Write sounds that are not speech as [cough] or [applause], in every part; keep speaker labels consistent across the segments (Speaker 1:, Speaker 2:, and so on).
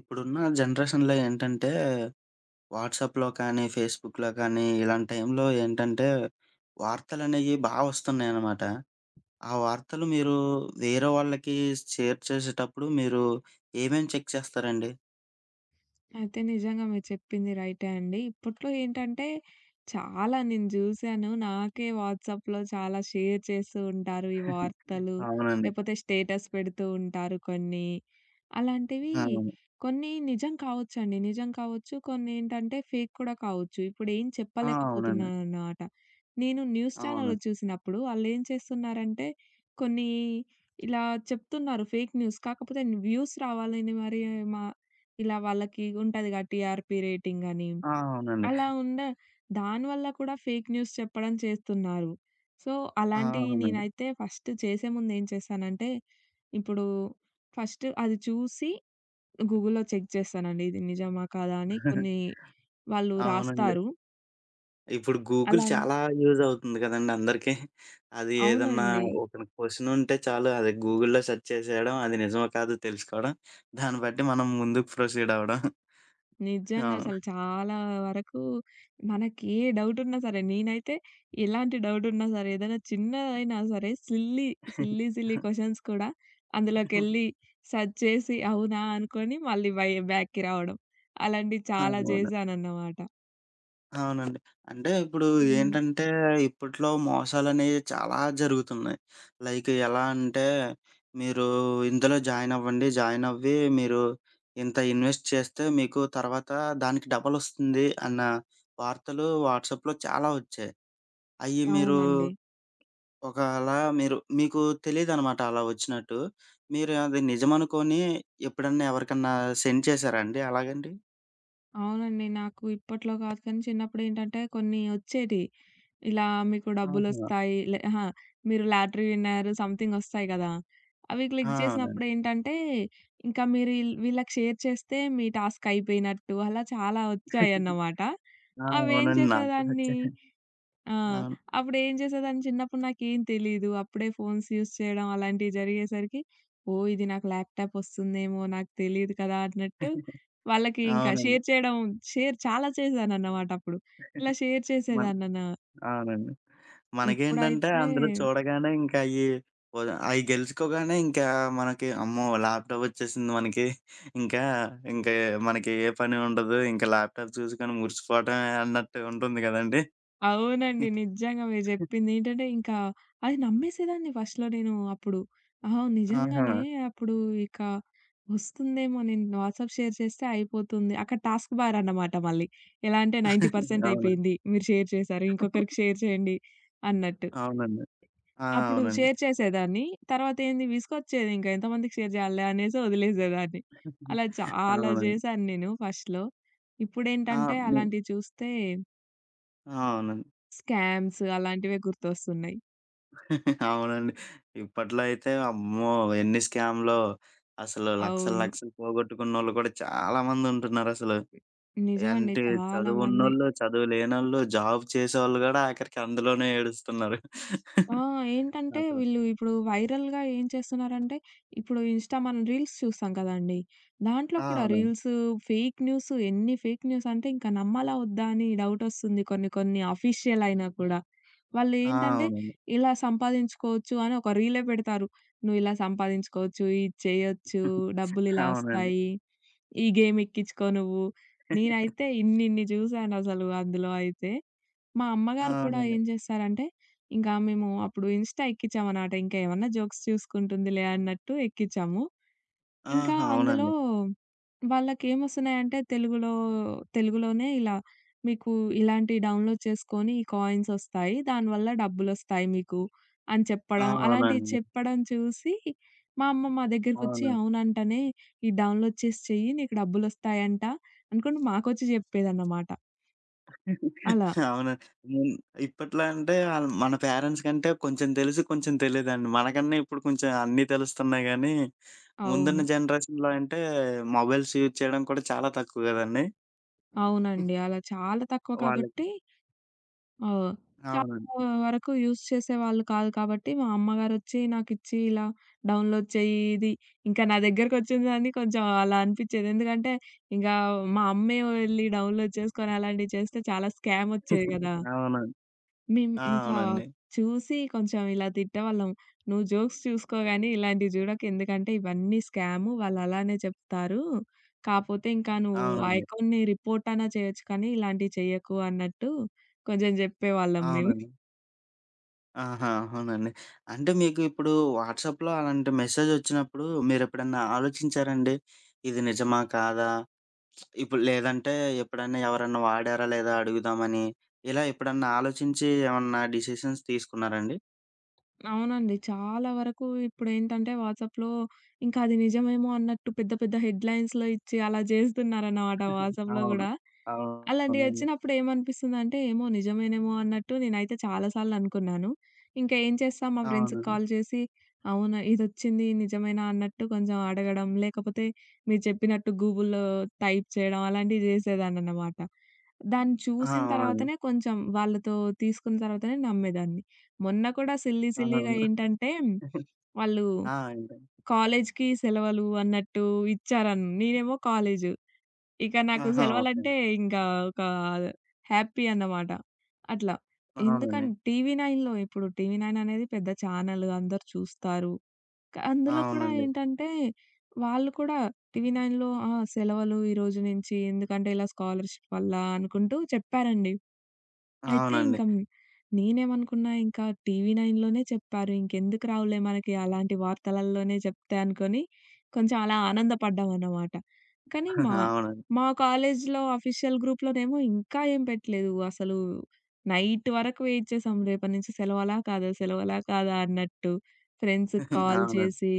Speaker 1: ఇప్పుడున్న జనరేషన్‌లో ఏంటంటే, వాట్సాప్‌లో కానీ, ఫేస్‌బుక్‌లో కానీ, ఇలాంటి టైంలో ఏంటంటే, వార్తలనేయి బా వస్తున్నాయనమాట. ఆ వార్తలు మీరు వేరే వాళ్ళకి షేర్ చేసేటప్పుడు మీరు ఏమేం చెక్ చేస్తారండి?
Speaker 2: అయితే నిజంగా మీరు చెప్పింది రైటే అండి. ఇప్పట్లో ఏంటంటే చాలా నేను జూసాను. నాకే వాట్సాప్‌లో చాలా షేర్ చేస్తూ ఉంటారు ఈ వార్తలు.
Speaker 1: అవునండి.
Speaker 2: లేపోతే స్టేటస్ పెడుతూ ఉంటారు కొన్ని. అలాంటివి
Speaker 1: అవును.
Speaker 2: కొన్ని నిజం కావచ్చండి. నిజం కావచ్చు. కొన్నేంటంటే ఫేక్ కూడా కావచ్చు. ఇప్పుడేం
Speaker 1: ఆ! అవునండి.
Speaker 2: చెప్పలేకపోతున్నానన్నమాట. నేను న్యూస్
Speaker 1: అవును.
Speaker 2: ఛానెల్‌లో చూసినప్పుడు ఆళ్ళేం చేస్తున్నారంటే కొన్ని ఇలా చెప్తున్నారు ఫేక్ న్యూస్. కాకపోతే వ్యూస్ రావాలని మరి మా ఇలా వాళ్ళకి ఉంటదిగా టీఆర్‌పీ రేటింగ్ అని.
Speaker 1: ఆ! అవునండి.
Speaker 2: అలా ఉండ దానివల్ల కూడా ఫేక్ న్యూస్ చెప్పడం చేస్తున్నారు. సో,
Speaker 1: ఆ!
Speaker 2: అలాంటియి
Speaker 1: అవునండి.
Speaker 2: నేనైతే ఫస్ట్ చేసే ముందు ఏం చేస్తానంటే, ఇప్పుడు ఫస్ట్ అది చూసి గూగుల్‌లో చెక్ చేస్తానండి. ఇది నిజమా కాదా అని కొన్ని
Speaker 1: [laughs]
Speaker 2: వాళ్ళు
Speaker 1: అవునండి.
Speaker 2: రాస్తారు.
Speaker 1: ఇప్పుడు గూగుల్
Speaker 2: అలాం
Speaker 1: చాలా యూజ్ అవుతుంది కదండీ అందరికి. అది ఏదన్నా
Speaker 2: అవునండి.
Speaker 1: ఒక క్వెషన్ ఉంటే చాలు అది గూగుల్‌లో సెర్చ్ చేసేయడం. అది నిజమో కాదో తెలుసుకోవడం. దాన్ని బట్టి మనం ముందుకు ప్రొసీడ్ అవ్వడం.
Speaker 2: నిజంగా
Speaker 1: అవును.
Speaker 2: అసలు చాలా వరకు మనకి ఏ డౌట్ ఉన్నా సరే నేనైతే ఎలాంటి డౌట్ ఉన్నా సరే ఏదైనా చిన్నదైనా సరే సిల్లీ, సిల్లీ, సిల్లీ క్వెషన్స్ కూడా అందులోకెళ్ళి
Speaker 1: [laughs]
Speaker 2: సెర్చ్ చేసి అవునా అనుకోని మళ్ళీ బై బ్యాక్‌కి రావడం. అలాంటివి చాలా
Speaker 1: అవును.
Speaker 2: చేశానన్నమాట.
Speaker 1: అవునండి. అంటే ఇప్పుడు
Speaker 2: హ్మ్.
Speaker 1: ఏంటంటే, ఇప్పట్లో మోసాలనేవి చాలా జరుగుతున్నాయి. లైక్ ఎలా అంటే, మీరు ఇందులో జాయిన్ అవ్వండి. జాయిన్ అవ్వి మీరు ఇంత ఇన్వెస్ట్ చేస్తే మీకు తర్వాత దానికి డబలొస్తుంది అన్న వార్తలు వాట్సాప్‌లో చాలా వచ్చాయి. అయి మీరు
Speaker 2: అవునండి.
Speaker 1: ఒకవేళ మీరు మీకు తెలీదనమాట అలా వచ్చినట్టు. మీరు అది నిజమనుకోని ఎప్పుడన్నా ఎవరికన్నా సెండ్ చేశారా అండి అలాగండి?
Speaker 2: అవునండి. నాకు ఇప్పట్లో కాదు కానీ చిన్నప్పుడేంటంటే కొన్ని వచ్చేటియి. ఇలా మీకు
Speaker 1: ఆహా!
Speaker 2: డబ్బులొస్తాయి. లే అహా! మీరు లాటరీ విన్నర్ సంథింగ్ ఒస్తాయి గదా! అవి
Speaker 1: ఆ!
Speaker 2: క్లిక్
Speaker 1: అవునండి.
Speaker 2: జేసినప్పుడేంటంటే, ఇంకా మీరు ఈల్ వీళ్ళకి షేర్ చేస్తే మీ టాస్క్ అయిపోయినట్టు అలా చాలా
Speaker 1: [laughs]
Speaker 2: ఒచ్చాయన్నమాట.
Speaker 1: ఆ!
Speaker 2: అవేం
Speaker 1: అవునండి. నాకు కూడా
Speaker 2: చేసేదాన్ని.
Speaker 1: వచ్చాయి.
Speaker 2: ఆ!
Speaker 1: అవును.
Speaker 2: అప్పుడేం చేసేదాన్ని చిన్నప్పుడు నాకేం తెలీదు. అప్పుడే ఫోన్స్ యూజ్ చేయడం అలాంటివి జరిగేసరికి, ఓహ్! ఇది నాకు ల్యాప్‌టాప్ ఒస్తుందేమో నాకు తెలీదు కదా! అన్నట్టు
Speaker 1: [laughs]
Speaker 2: వాళ్ళకి ఇంకా
Speaker 1: అవునండి.
Speaker 2: షేర్ చేయడం, షేర్ చాలా చేశానన్నమాట అప్పుడు. ఇలా షేర్
Speaker 1: మన
Speaker 2: చేసేదాన్ననా.
Speaker 1: అవునండి. మనకేంటంటే
Speaker 2: ఇప్పుడైతే
Speaker 1: అందులో చూడగానే ఇంకా అయి ఒద అయి గెలుచుకోగానే ఇంకా అమ్మో! ల్యాప్‌టాప్ వచ్చేసింది మనకి. ఇంకా ఇంకా మనకి ఏ పని ఉండదు. ఇంకా ల్యాప్‌టాప్ చూసుకొని మురిసిపోవటమే అన్నట్టు ఉంటుంది గదండీ!
Speaker 2: అవునండి. నిజంగా మీరు జెప్పింది. ఏంటంటే, ఇంకా అది నమ్మేసేదాన్ని ఫస్ట్‌లో నేను అప్పుడు. ఆహా!
Speaker 1: ఆహా!
Speaker 2: నిజంగానే అప్పుడు ఇక వస్తుందేమో నేను వాట్సాప్ షేర్ చేస్తే అయిపోతుంది. అక్కడ టాస్క్ బార్ అన్నమాట మళ్ళీ. ఎలా అంటే 90%
Speaker 1: అవును.
Speaker 2: అయిపోయింది. మీరు షేర్ చేశారు. ఇంకొకరికి షేర్ చేయండి అన్నట్టు.
Speaker 1: అవునండి. ఆ!
Speaker 2: అప్పుడు
Speaker 1: అవునండి.
Speaker 2: షేర్ చేసేదాన్ని. తర్వాత ఏంది విసుగొచ్చేది ఇంకా ఎంతమందికి షేర్ జేయాలిలే అనేసి వదిలేసేదాన్ని. అలా చాలా
Speaker 1: అవునండి.
Speaker 2: జేశాను నేను ఫస్ట్‌లో.
Speaker 1: ఆ!
Speaker 2: ఇప్పుడేంటంటే
Speaker 1: హ్మ్.
Speaker 2: అలాంటివి చూస్తే
Speaker 1: అవునండి.
Speaker 2: స్కామ్స్ అలాంటివే గుర్తొస్తున్నాయి.
Speaker 1: అవునండి. ఇప్పట్లో అయితే అమ్మో! ఎన్ని స్కామ్‌లో అసలు లక్షలు,
Speaker 2: అవును.
Speaker 1: లక్షలు పోగొట్టుకున్నోళ్ళు కూడా చాలా మందుంటున్నారసలు.
Speaker 2: నిజమండి.
Speaker 1: అంటే
Speaker 2: చాలామంది.
Speaker 1: చదువున్నోళ్ళు, చదువు లేనోళ్ళు, జాబ్ చేసేవాళ్ళు గూడా ఆఖరికి అందులోనే ఏడుస్తున్నారు.
Speaker 2: ఆ! ఏంటంటే
Speaker 1: అసలు.
Speaker 2: వీళ్ళు ఇప్పుడు వైరల్‌గా ఏం చేస్తున్నారంటే, ఇప్పుడు ఇన్‌స్టా మనం రీల్స్ చూస్తాం కదండీ! దాంట్లో
Speaker 1: ఆ!
Speaker 2: కూడా
Speaker 1: అవునండి.
Speaker 2: రీల్స్, ఫేక్ న్యూస్, ఎన్ని ఫేక్ న్యూస్ అంటే ఇంకా నమ్మాలా వద్దా అని డౌటొస్తుంది కొన్ని కొన్ని అఫీషియల్ అయినా కూడా. వాళ్ళు
Speaker 1: ఆ!
Speaker 2: ఏంటంటే
Speaker 1: అవునండి.
Speaker 2: ఇలా సంపాదించుకోవచ్చు అని ఒక రీలే పెడతారు. నువ్వు ఇలా సంపాదించుకోవచ్చు, ఇది చేయొచ్చు, డబ్బులు ఇలా
Speaker 1: అవునండి.
Speaker 2: వస్తాయి. ఈ గేమ్ ఎక్కించుకో నువ్వు. నేనైతే ఇన్నిన్ని జూసానసలు అందులో అయితే. మా అమ్మగారు కూడా
Speaker 1: అవునండి.
Speaker 2: ఏం చేస్తారంటే, ఇంకా మేము అప్పుడు ఇన్‌స్టా ఎక్కించామనమాట. ఇంకా ఏమన్నా జోక్స్ చూసుకుంటుందిలే అన్నట్టు ఎక్కించాము. ఇంకా
Speaker 1: ఆహా!
Speaker 2: అందులో
Speaker 1: అవునండి.
Speaker 2: వాళ్ళకేమొస్తున్నాయంటే తెలుగులో, ఇలా మీకు ఇలాంటి డౌన్‌లోడ్ చేసుకొని ఈ కాయిన్సొస్తాయి. దానివల్ల డబ్బులొస్తాయి మీకు అని
Speaker 1: ఆ!
Speaker 2: చెప్పడం. అలాంటివి
Speaker 1: అవునండి.
Speaker 2: చెప్పడం చూసి మా అమ్మ మా దగ్గరకొచ్చి
Speaker 1: అవునండి.
Speaker 2: అవునంటనే ఇది డౌన్‌లోడ్ చేసి చెయ్యి నీకు డబ్బులొస్తాయంట అనుకుంటూ మాకొచ్చి చెప్పేదన్నమాట. అలా.
Speaker 1: అవును. హ్మ్. ఇప్పట్లో అంటే ఆళ్ళు మన పేరెంట్స్ కంటే కొంచెం తెలుసు, కొంచెం తెలీదండి. మనకన్నా ఇప్పుడు కొంచెం అన్నీ తెలుస్తున్నాయి గానీ, ముందున్న
Speaker 2: అవును.
Speaker 1: జనరేషన్‌లో అంటే మొబైల్స్ యూజ్ చేయడం కూడా చాలా తక్కువ గదండీ!
Speaker 2: అవునండి. అలా చాలా తక్కువ
Speaker 1: వాళ్ళకి.
Speaker 2: కాబట్టి ఓహ్!
Speaker 1: అవునండి.
Speaker 2: చాలా వరకు యూజ్ చేసేవాళ్ళు కాదు కాబట్టి, మా అమ్మగారొచ్చి నాకిచ్చి ఇలా డౌన్‌లోడ్ చెయ్యి ఇది. ఇంకా నా దగ్గరకొచ్చిందని కొంచెం అలా అనిపిచ్చేది. ఎందుకంటే, ఇంకా మా అమ్మే వెళ్లి డౌన్‌లోడ్ చేసుకొని అలాంటివి చేస్తే చాలా స్కామొచ్చేవి
Speaker 1: [laughs]
Speaker 2: గదా!
Speaker 1: అవునండి.
Speaker 2: మేము
Speaker 1: ఆ!
Speaker 2: ఇంకా
Speaker 1: అవునండి.
Speaker 2: చూసి కొంచెం ఇలా తిట్టేవాళ్ళం. "నువ్వు జోక్స్ చూసుకో గానీ, ఇలాంటివి జూడకు. ఎందుకంటే, ఇవన్నీ స్కాము. వాళ్ళలానే చెప్తారు. కాపోతే ఇంకా నువ్వు ఆ
Speaker 1: అవునండి.
Speaker 2: అకౌంట్‌ని రిపోర్ట్ అన్నా చేయొచ్చు కానీ, ఇలాంటివి చెయ్యకు" అన్నట్టు కొంచెం జెప్పేవాళ్ళం మేము.
Speaker 1: అవునండి. ఆహా! అవునండి. అంటే మీకు ఇప్పుడు వాట్సాప్‌లో అలాంటి మెసేజ్ ఒచ్చినప్పుడు మీరెప్పుడన్నా ఆలోచించారండి? ఇది నిజమా? కాదా? ఇప్పుడు లేదంటే ఎప్పుడన్నా ఎవరన్నా వాడారా లేదా అడుగుదామని, ఇలా ఎప్పుడన్నా ఆలోచించి ఏమన్నా డిసిషన్స్ తీసుకున్నారా అండి?
Speaker 2: అవునండి. చాలా వరకు ఇప్పుడేంటంటే వాట్సాప్‌లో ఇంకా అది నిజమేమో అన్నట్టు పెద్ద పెద్ద హెడ్‌లైన్స్‌లో ఇచ్చి అలా జేస్తున్నారన్నమాట వాట్సాప్‌లో
Speaker 1: అవును.
Speaker 2: గూడా.
Speaker 1: అవునండి.
Speaker 2: అలాంటియొచ్చినప్పుడు ఏమనిపిస్తుందంటే, ఏమో నిజమేనేమో అన్నట్టు నేనైతే చాలా సార్లు అనుకున్నాను. ఇంకా ఏం చేస్తా మా ఫ్రెండ్స్‌కి
Speaker 1: అవునండి.
Speaker 2: కాల్ చేసి, అవునా ఇదొచ్చింది నిజమేనా అన్నట్టు కొంచెం అడగడం, లేకపోతే మీరు చెప్పినట్టు గూగుల్‌లో టైప్ చేయడం అలాంటివి చేసేదాన్ననమాట. దాన్ని
Speaker 1: ఆ!
Speaker 2: చూసిన
Speaker 1: అవునండి.
Speaker 2: తర్వాతనే కొంచెం వాళ్ళతో తీసుకున్న తర్వాతనే నమ్మేదాన్ని. మొన్న కూడా సిల్లీ సిల్లీగా
Speaker 1: అవును.
Speaker 2: ఏంటంటే, వాళ్ళు
Speaker 1: ఆ! అండి.
Speaker 2: కాలేజ్‌కి సెలవులు అన్నట్టు ఇచ్చారన్ నేనేమో కాలేజు. ఇక నాకు
Speaker 1: ఆహా! ఓకే.
Speaker 2: సెలవలంటే ఇంకా ఒక హ్యాపీ అన్నమాట. అట్లా.
Speaker 1: అవునండి.
Speaker 2: ఎందుకన్ టీవీ నైన్‌లో, ఇప్పుడు టీవీ నైన్ అనేది పెద్ద ఛానల్, అందరూ చూస్తారు. అందులో కూడా
Speaker 1: అవునండి.
Speaker 2: ఏంటంటే వాళ్ళు కూడా టీవీ నైన్‌లో ఆ! సెలవులు ఈరోజు నుంచి ఎందుకంటే ఇలా స్కాలర్‌షిప్ వల్ల అనుకుంటూ చెప్పారండి. అయితే
Speaker 1: అవునండి.
Speaker 2: ఇంక హ్మ్, నేనేమనుకున్నా ఇంకా టీవీ నైన్‌లోనే చెప్పారు. ఇంకెందుకు రావులే మనకి అలాంటి వార్తలల్లోనే చెప్తే అనుకోని కొంచెం అలా ఆనందపడ్డామన్నమాట. కానీ మా
Speaker 1: అవునండి.
Speaker 2: మా కాలేజ్‌లో అఫీషియల్ గ్రూప్‌లోనేమో ఇంకా ఏం పెట్టలేదు. అసలు నైట్ వరకు వెయిట్ చేసాం. రేపటి నుంచి సెలవలా కాదా? సెలవలా కాదా? అన్నట్టు. ఫ్రెండ్స్‌కి కాల్
Speaker 1: అవునండి.
Speaker 2: చేసి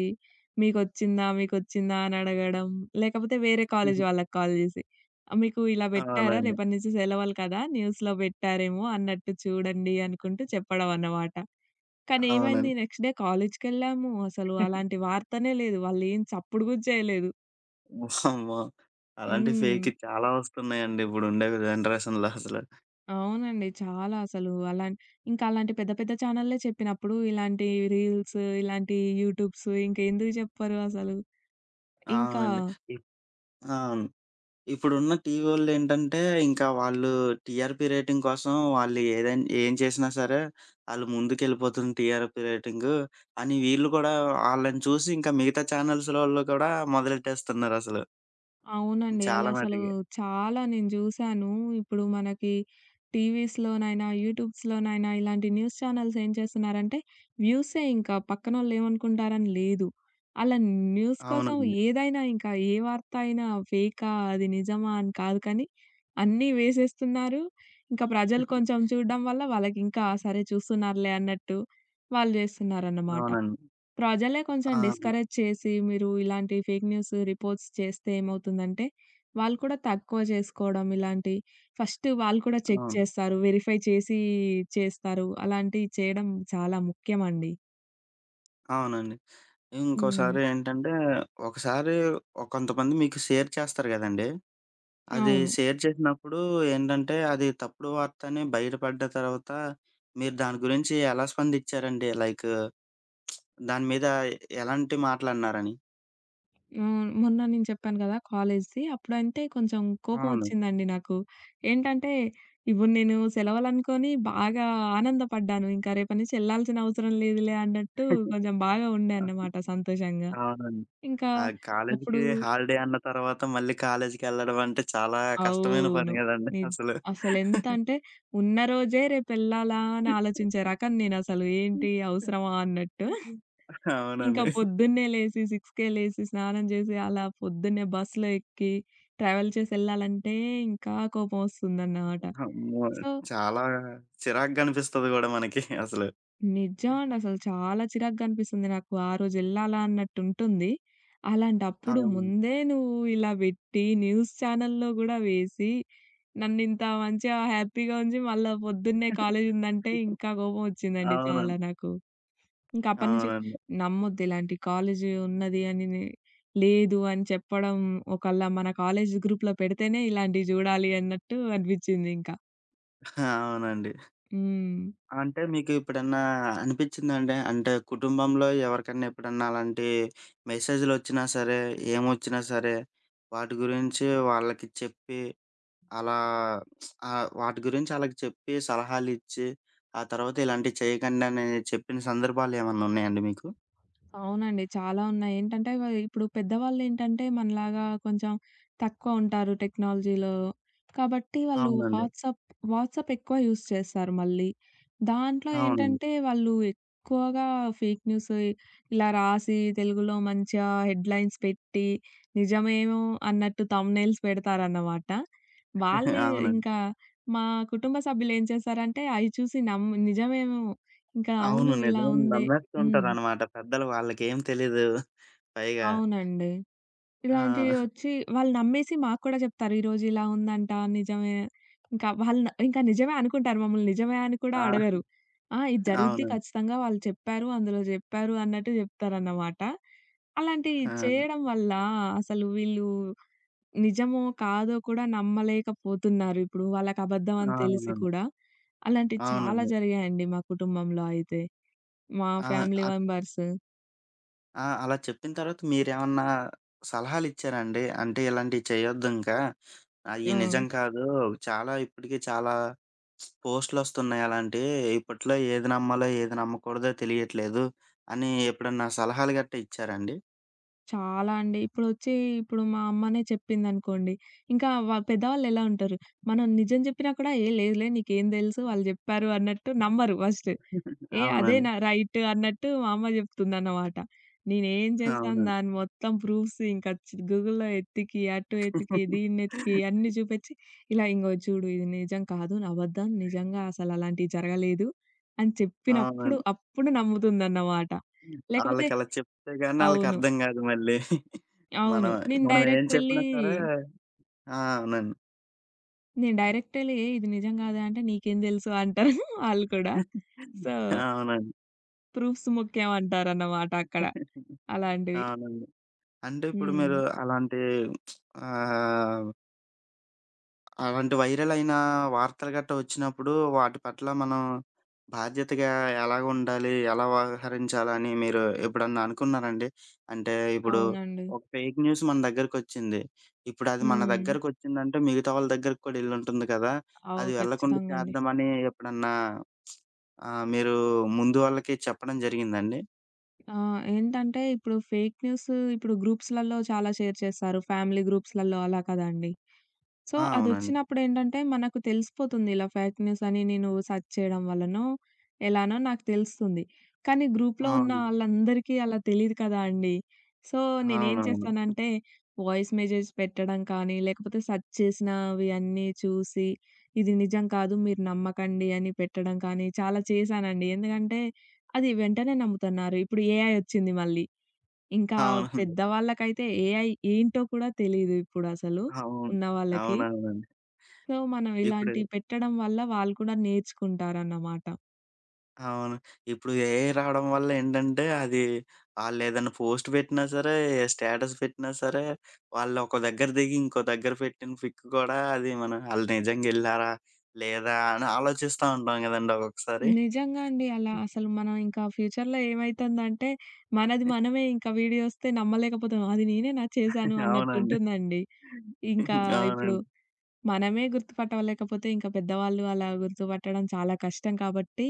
Speaker 2: మీకొచ్చిందా? మీకొచ్చిందా? అని అడగడం. లేకపోతే వేరే కాలేజ్ వాళ్ళకి కాల్ చేసి. మీకు ఇలా పెట్టారా?
Speaker 1: అవునండి.
Speaker 2: రేపటి నుంచి సెలవులు కదా! న్యూస్‌లో పెట్టారేమో అన్నట్టు చూడండి అనుకుంటూ చెప్పడం అన్నమాట. కానీ ఏమైంది
Speaker 1: అవునండి.
Speaker 2: నెక్స్ట్ డే కాలేజ్‌కెళ్ళాము. అసలు అలాంటి వార్తనే లేదు. వాళ్ళేం చప్పుడు గూడా చేయలేదు.
Speaker 1: వామ్మో! అలాంటి
Speaker 2: హ్మ్.
Speaker 1: ఫేక్‌వి చాలా వస్తున్నాయండి ఇప్పుడుండే జనరేషన్‌లో అసలు.
Speaker 2: అవునండి. చాలా అసలు ఇంకా అలాంటి పెద్ద పెద్ద ఛానల్లే చెప్పినప్పుడు ఇలాంటి రీల్స్, ఇలాంటి యూట్యూబ్స్ ఇంకెందుకు చెప్పరు అసలు. ఇంకా
Speaker 1: అవునండి. ఇప్ అవును. ఇప్పుడున్న టీవీవోళ్ళేంటంటే, ఇంకా వాళ్ళు టీఆర్‌పీ రేటింగ్ కోసం వాళ్ళు ఏదైన్ ఏం చేసినా సరే, ఆళ్ళు ముందుకెళ్ళిపోతుంది టీఆర్‌పీ రేటింగు అని వీళ్ళు కూడా ఆళ్ళని చూసి ఇంకా మిగతా ఛానెల్స్‌లోళ్ళు కూడా మొదలెట్టేస్తున్నారసలు.
Speaker 2: అవునండి.
Speaker 1: చాలా
Speaker 2: అలా అసలు
Speaker 1: మటికి.
Speaker 2: చాలా నేను జూశాను. ఇప్పుడు మనకి టీవీస్‌లోనైనా, యూట్యూబ్స్‌లోనైనా ఇలాంటి న్యూస్ ఛానెల్స్ ఏం చేస్తున్నారంటే వ్యూసే, ఇంకా పక్కనోళ్ళు ఏమనుకుంటారని లేదు. అలా న్యూస్ కోసం
Speaker 1: అవునండి.
Speaker 2: ఏదైనా ఇంకా ఏ వార్త అయినా ఫేకా, అది నిజమా అని కాదు కానీ అన్నీ వేసేస్తున్నారు. ఇంకా ప్రజలు కొంచెం చూడడం వల్ల వాళ్ళకింకా సరే చూస్తున్నారులే అన్నట్టు వాళ్ళు జేస్తున్నారన్నమాట.
Speaker 1: అవునండి.
Speaker 2: ప్రజలే కొంచెం
Speaker 1: ఆ!
Speaker 2: డిస్కరేజ్ చేసి, మీరు ఇలాంటి ఫేక్ న్యూస్ రిపోర్ట్స్ చేస్తే ఏమవుతుందంటే, వాళ్ళు కూడా తక్కువ చేసుకోవడం, ఇలాంటి ఫస్ట్ వాళ్ళు కూడా చెక్
Speaker 1: అవును.
Speaker 2: చేస్తారు. వెరిఫై చేసి చేస్తారు. అలాంటివి చేయడం చాలా ముఖ్యమండి.
Speaker 1: అవునండి.
Speaker 2: హ్మ్.
Speaker 1: ఇంకోసారి ఏంటంటే, ఒకసారి కొంతమంది మీకు షేర్ చేస్తారు గదండీ! అది
Speaker 2: అవును.
Speaker 1: షేర్ చేసినప్పుడు ఏంటంటే, అది తప్పుడు వార్త అని బయటపడ్డ తర్వాత, మీరు దాని గురించి ఎలా స్పందించారండి? లైకు దాని మీద ఎలాంటి మాటలన్నారని?
Speaker 2: హ్మ్. మొన్న నేను చెప్పాను కదా! కాలేజ్‌ది. అప్పుడంటే కొంచెం
Speaker 1: అవును.
Speaker 2: కోపమొచ్చిందండి నాకు. ఏంటంటే, ఇప్పుడు నేను సెలవులనుకోని బాగా ఆనందపడ్డాను. ఇంకా రేపటి నుంచి ఎళ్ళాల్సిన అవసరం లేదులే అన్నట్టు
Speaker 1: [laughs]
Speaker 2: కొంచెం బాగా ఉండే అన్నమాట సంతోషంగా.
Speaker 1: అవునండి.
Speaker 2: ఇంకా
Speaker 1: ఆ కాలేజీకి
Speaker 2: అప్పుడు
Speaker 1: హాలిడే అన్న తర్వాత మళ్ళీ కాలేజీకెళ్ళడం అంటే చాలా కష్టమైన పని
Speaker 2: అవును.
Speaker 1: గదండీ
Speaker 2: నిజ్
Speaker 1: అసలు.
Speaker 2: అసలెంత అంటే ఉన్న రోజే రేపెళ్ళాలా అని ఆలోచించే రకం నేనసలు. ఏంటి అవసరమా అన్నట్టు. ఇంకా
Speaker 1: అవునండి.
Speaker 2: పొద్దున్నే లేసి 6కే లేసి స్నానం చేసి అలా పొద్దున్నే బస్‌లో ఎక్కి ట్రావెల్ చేసెళ్ళాలంటే ఇంకా కోపమొస్తుందన్నమాట.
Speaker 1: అమ్మో!
Speaker 2: సో
Speaker 1: చాలా చిరాకుగనిపిస్తది గూడా మనకి అసలు.
Speaker 2: నిజమండి. అసలు చాలా చిరాకుగా అనిపిస్తుంది నాకు. ఆ రోజెళ్ళాలా అన్నట్టుంటుంది. అలాంటప్పుడు
Speaker 1: అవును.
Speaker 2: ముందే నువ్వు ఇలా బెట్టి, న్యూస్ ఛానెల్‌లో గూడా వేసి, నన్నింత మంచిగా హ్యాపీగా ఉంచి, మళ్ళా పొద్దున్నే కాలేజుందంటే
Speaker 1: [laughs]
Speaker 2: ఇంకా కోపమొచ్చిందండి చాలా
Speaker 1: అవునండి.
Speaker 2: నాకు. ఇంకా అప్పటి నుంచి
Speaker 1: అవునండి.
Speaker 2: నమ్మొద్దు ఇలాంటి కాలేజీ ఉన్నది అని నే లేదు అని చెప్పడం, ఒకళ్ళ మన కాలేజీ గ్రూప్‌లో పెడితేనే ఇలాంటివి జూడాలి అన్నట్టు అనిపిచ్చిందింకా.
Speaker 1: అవునండి.
Speaker 2: హ్మ్.
Speaker 1: అంటే మీకు ఎప్పుడన్నా అనిపిచ్చిందండి? అంటే కుటుంబంలో ఎవరికన్నా ఎప్పుడన్నా అలాంటి మెసేజ్‌లొచ్చినా సరే, ఏమొచ్చినా సరే, వాటి గురించి వాళ్ళకి చెప్పి అలా ఆహ్, వాటి గురించి ఆళ్ళకి చెప్పి సలహాలిచ్చి, ఆ తర్వాత ఇలాంటివి చేయకండని చెప్పిన సందర్భాలేమన్నా ఉన్నాయండి మీకు?
Speaker 2: అవునండి. చాలా ఉన్నాయి. ఏంటంటే ఇప్పుడు పెద్దవాళ్ళేంటంటే మనలాగా కొంచెం తక్కువ ఉంటారు టెక్నాలజీలో. కాబట్టి వాళ్ళు
Speaker 1: అవునండి.
Speaker 2: వాట్సాప్ ఎక్కువ యూజ్ చేస్తారు మళ్ళీ. దాంట్లో
Speaker 1: అవునండి.
Speaker 2: ఏంటంటే వాళ్ళు ఎక్కువగా ఫేక్ న్యూస్ ఇలా రాసి తెలుగులో మంచిగా హెడ్‌లైన్స్ పెట్టి నిజమేమో అన్నట్టు థంబ్‌నెయిల్స్ పెడతారన్నమాట. వాళ్ళే
Speaker 1: [laughs] అవునండి.
Speaker 2: ఇంకా మా కుటుంబ సభ్యులేం చేశారంటే అయి చూసి నమ్మి నిజమేమో ఇంకా
Speaker 1: అవును.
Speaker 2: అవును ఇలా
Speaker 1: నిజమని
Speaker 2: ఉందే.
Speaker 1: నమ్మేస్తూ
Speaker 2: హ్మ్.
Speaker 1: ఉంటారనమాట పెద్దలు. వాళ్ళకేం తెలీదు పైగా.
Speaker 2: అవునండి. ఇలాంటివి
Speaker 1: ఆ!
Speaker 2: వచ్చి వాళ్ళు నమ్మేసి మాకు కూడా చెప్తారు. ఈరోజు ఇలా ఉందంట నిజమే. ఇంకా వాళ్ళు ఇంకా నిజమే అనుకుంటారు. మమ్మల్ని నిజమే అని కూడా
Speaker 1: ఆ!
Speaker 2: అడగరు. ఆ! ఇది జరుగుద్ది
Speaker 1: అవునండి.
Speaker 2: ఖచ్చితంగా వాళ్ళు చెప్పారు. అందులో చెప్పారు అన్నట్టు చెప్తారన్నమాట. అలాంటివి
Speaker 1: ఆ!
Speaker 2: చేయడం వల్ల అసలు వీళ్ళు నిజమో, కాదో కూడా నమ్మలేకపోతున్నారు. ఇప్పుడు వాళ్ళకి అబద్ధం అని తెలిసి
Speaker 1: అవునండి.
Speaker 2: కూడా. అలాంటివి చాలా
Speaker 1: అవునండి.
Speaker 2: జరిగాయండి మా కుటుంబంలో అయితే. మా
Speaker 1: ఆహ్,
Speaker 2: ఫ్యామిలీ
Speaker 1: అక్
Speaker 2: మెంబర్స్.
Speaker 1: ఆ! అలా చెప్పిన తర్వాత మీరేమన్నా సలహాలిచ్చారా అండి? అంటే ఇలాంటివి చేయొద్దు ఇంకా. అయి
Speaker 2: ఆ!
Speaker 1: నిజం కాదు. ఇప్పటికి చాలా పోస్టులొస్తున్నాయి అలాంటియి. ఇప్పట్లో ఏది నమ్మాలో, ఏది నమ్మకూడదో తెలియట్లేదు అని ఎప్పుడన్నా సలహాలు గట్టా ఇచ్చారా అండి?
Speaker 2: చాలా అండి. ఇప్పుడొచ్చి ఇప్పుడు మా అమ్మనే చెప్పిందనుకోండి, ఇంకా పెద్దవాళ్ళెలా ఉంటారు, మనం నిజం చెప్పినా కూడా ఏ లేదులే నీకేం తెలుసు వాళ్ళు జెప్పారు అన్నట్టు నమ్మరు ఫస్ట్. ఏ
Speaker 1: అవునండి.
Speaker 2: అదేనా రైట్ అన్నట్టు మా అమ్మ జెప్తుందన్నమాట. నేనేం చేశాను
Speaker 1: అవునండి.
Speaker 2: దాన్ని మొత్తం ప్రూఫ్స్ ఇంకా గూగుల్‌లో ఎతికి, అటు ఎతికి, దీన్నెతికి అన్నీ చూపిచ్చి, ఇలా ఇంగో చూడు ఇది నిజం కాదు, నా అబద్ధం. నిజంగా అసలలాంటివి జరగలేదు అని చెప్పినప్పుడు
Speaker 1: అవునండి.
Speaker 2: అప్పుడు నమ్ముతుందన్నమాట. లేకపోతే
Speaker 1: ఆళ్ళకలా చెప్తే గాని
Speaker 2: అవును.
Speaker 1: ఆళ్ళకర్థం గాదు మళ్ళీ. మనం
Speaker 2: అవును.
Speaker 1: మనం ఏం చెప్పినా సరే ఆ! అవునండి.
Speaker 2: నేను డైరెక్టెళ్లి "ఏయ్! ఇది నిజం కాదా" అంటే "నీకేం తెలుసు" అంటారు [laughs] వాళ్ళు కూడా. సో,
Speaker 1: అవునండి.
Speaker 2: ప్రూఫ్స్ ముఖ్యం అంటారన్నమాట అక్కడ. అలాంటివి.
Speaker 1: అవునండి. అంటే ఇప్పుడు మీరు
Speaker 2: హ్మ్.
Speaker 1: అలాంటి ఆహ్, అలాంటి వైరల్ అయిన వార్తలు గట్టా వచ్చినప్పుడు వాటి పట్ల మనం బాధ్యతగా ఎలాగుండాలి? ఎలా వ్యవహరించాలని మీరు ఎప్పుడన్నా అనుకున్నారండి? అంటే ఇప్పుడు
Speaker 2: అవునండి.
Speaker 1: ఒక ఫేక్ న్యూస్ మన దగ్గరకొచ్చింది. ఇప్పుడది మన
Speaker 2: హ్మ్.
Speaker 1: దగ్గరకొచ్చిందంటే మిగతా వాళ్ళ దగ్గరికి కూడా ఎళ్ళుంటుంది కదా! అది వెళ్ళకుండా
Speaker 2: ఖచ్చితంగా అండి.
Speaker 1: చేద్దామని ఎప్పుడన్నా ఆహ్, మీరు ముందు వాళ్ళకి చెప్పడం జరిగిందా అండి?
Speaker 2: ఆ! ఏంటంటే ఇప్పుడు ఫేక్ న్యూస్ ఇప్పుడు గ్రూప్స్‌లలో చాలా షేర్ చేస్తారు. ఫ్యామిలీ గ్రూప్స్‌లలో అలా కదండీ! సో,
Speaker 1: ఆ! అవునండి.
Speaker 2: అదొచ్చినప్పుడేంటంటే, మనకు తెలిసిపోతుంది ఇలా ఫేక్ న్యూస్ అని, నేను సెర్చ్ చేయడం వల్లనో, ఎలానో నాకు తెలుస్తుంది. కానీ గ్రూప్‌లో ఉన్న
Speaker 1: అవును.
Speaker 2: ఆళ్ళందరికీ అలా తెలీదు కదా అండీ. సో, నేనేం
Speaker 1: అవునవును.
Speaker 2: చేస్తానంటే, వాయిస్ మెసేజ్ పెట్టడం కానీ, లేకపోతే సెర్చ్ చేసినవి అన్నీ చూసి, ఇది నిజం కాదు, మీరు నమ్మకండి అని పెట్టడం కానీ, చాలా చేశానండి. ఎందుకంటే, అది వెంటనే నమ్ముతన్నారు. ఇప్పుడు ఏఐ ఒచ్చింది మళ్ళీ. ఇంకా
Speaker 1: అవునండి.
Speaker 2: పెద్దవాళ్ళకైతే ఏఐ ఏంటో కూడా తెలీదు ఇప్పుడసలు
Speaker 1: అవును.
Speaker 2: ఉన్న వాళ్ళకి.
Speaker 1: అవునవునండి.
Speaker 2: సో, మనం
Speaker 1: ఇప్పుడు
Speaker 2: ఇలాంటివి పెట్టడం వల్ల వాళ్ళు కూడా నేర్చుకుంటారన్నమాట.
Speaker 1: అవును. ఇప్పుడు ఏఐ రావడం వల్ల ఏంటంటే, అది ఆళ్ళేదన్నా పోస్ట్ పెట్టినా సరే, స్టేటస్ పెట్టినా సరే, వాళ్ళొక దగ్గర దిగి ఇంకో దగ్గర పెట్టిన పిక్ కూడా అది మనం ఆళ్ళు నిజంగెళ్లారా? లేదా? అని ఆలోచిస్తా ఉంటాం గదండీ ఒక్కొక్కసారి.
Speaker 2: నిజంగా అండి. అలా అసలు మనం ఇంకా ఫ్యూచర్‌లో ఏమైతుందంటే, మనది మనమే ఇంకా వీడియోస్తే నమ్మలేకపోతాం. అది నేనే నా చేశాను
Speaker 1: అవునండి.
Speaker 2: అన్నట్టుంటుందండి. ఇంకా ఇప్పుడు
Speaker 1: అవునండి.
Speaker 2: మనమే గుర్తుపట్టలేకపోతే ఇంకా పెద్దవాళ్ళు అలా గుర్తుపట్టడం చాలా కష్టం కాబట్టి,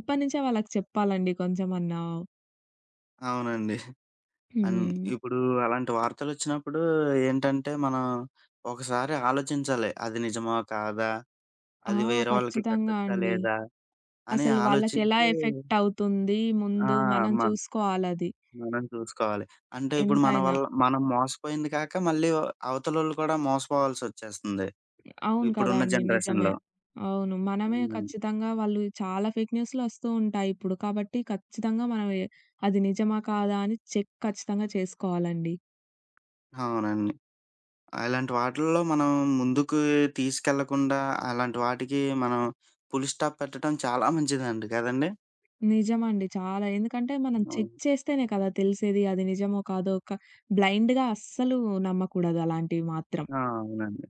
Speaker 2: ఇప్పటి నుంచే వాళ్ళకి చెప్పాలండి కొంచెమన్నా.
Speaker 1: అవునండి. అన్
Speaker 2: హ్మ్.
Speaker 1: ఇప్పుడు అలాంటి వార్తలొచ్చినప్పుడు ఏంటంటే, మనం ఒకసారి ఆలోచించాలి. అది నిజమా? కాదా?
Speaker 2: ఆ!
Speaker 1: అది వేరే వాళ్ళకి
Speaker 2: ఖచ్చితంగా
Speaker 1: పెట్టొచ్చా
Speaker 2: అండి.
Speaker 1: లేదా? అని
Speaker 2: అసలు వాళ్ళకెలా
Speaker 1: ఆలోచించి
Speaker 2: ఎఫెక్ట్ అవుతుంది
Speaker 1: ఆ!
Speaker 2: ముందు మనం
Speaker 1: మన
Speaker 2: చూసుకోవాలది
Speaker 1: మనం చూసుకోవాలి. అంటే ఇప్పుడు మన
Speaker 2: ఎంతైనా.
Speaker 1: వల్ల మనం మోసపోయింది కాక మళ్ళీ అవతలోళ్ళు కూడా మోసపోవాల్సొచ్చేస్తుంది.
Speaker 2: అవును కదా
Speaker 1: ఇప్పుడున్న
Speaker 2: అండి. నిజమే.
Speaker 1: జనరేషన్‌లో.
Speaker 2: అవును. మనమే
Speaker 1: అవునండి.
Speaker 2: ఖచ్చితంగా వాళ్ళు చాలా ఫేక్ న్యూస్‌లు వస్తూ ఉంటాయి ఇప్పుడు. కాబట్టి ఖచ్చితంగా మనం అది నిజమా? కాదా? అని చెక్ ఖచ్చితంగా చేసుకోవాలండి.
Speaker 1: అవునండి. అలాంటి వాటిల్లో మనం ముందుకు తీసుకెళ్ళకుండా అలాంటి వాటికి మనం ఫుల్ స్టాప్ పెట్టడం చాలా మంచిదండి. కదండీ!
Speaker 2: నిజమండి. చాలా ఎందుకంటే మనం చెక్
Speaker 1: అవును.
Speaker 2: చేస్తేనే కదా తెలిసేది. అది నిజమో కాదో బ్లైండ్‌గా అస్సలు నమ్మకూడదు అలాంటివి మాత్రం.
Speaker 1: ఆ! అవునండి.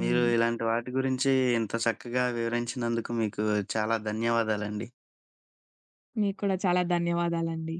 Speaker 1: మీరు ఇలాంటి వాటి గురించి ఇంత చక్కగా వివరించినందుకు మీకు చాలా ధన్యవాదాలండి.
Speaker 2: మీకు కూడా చాలా ధన్యవాదాలండి.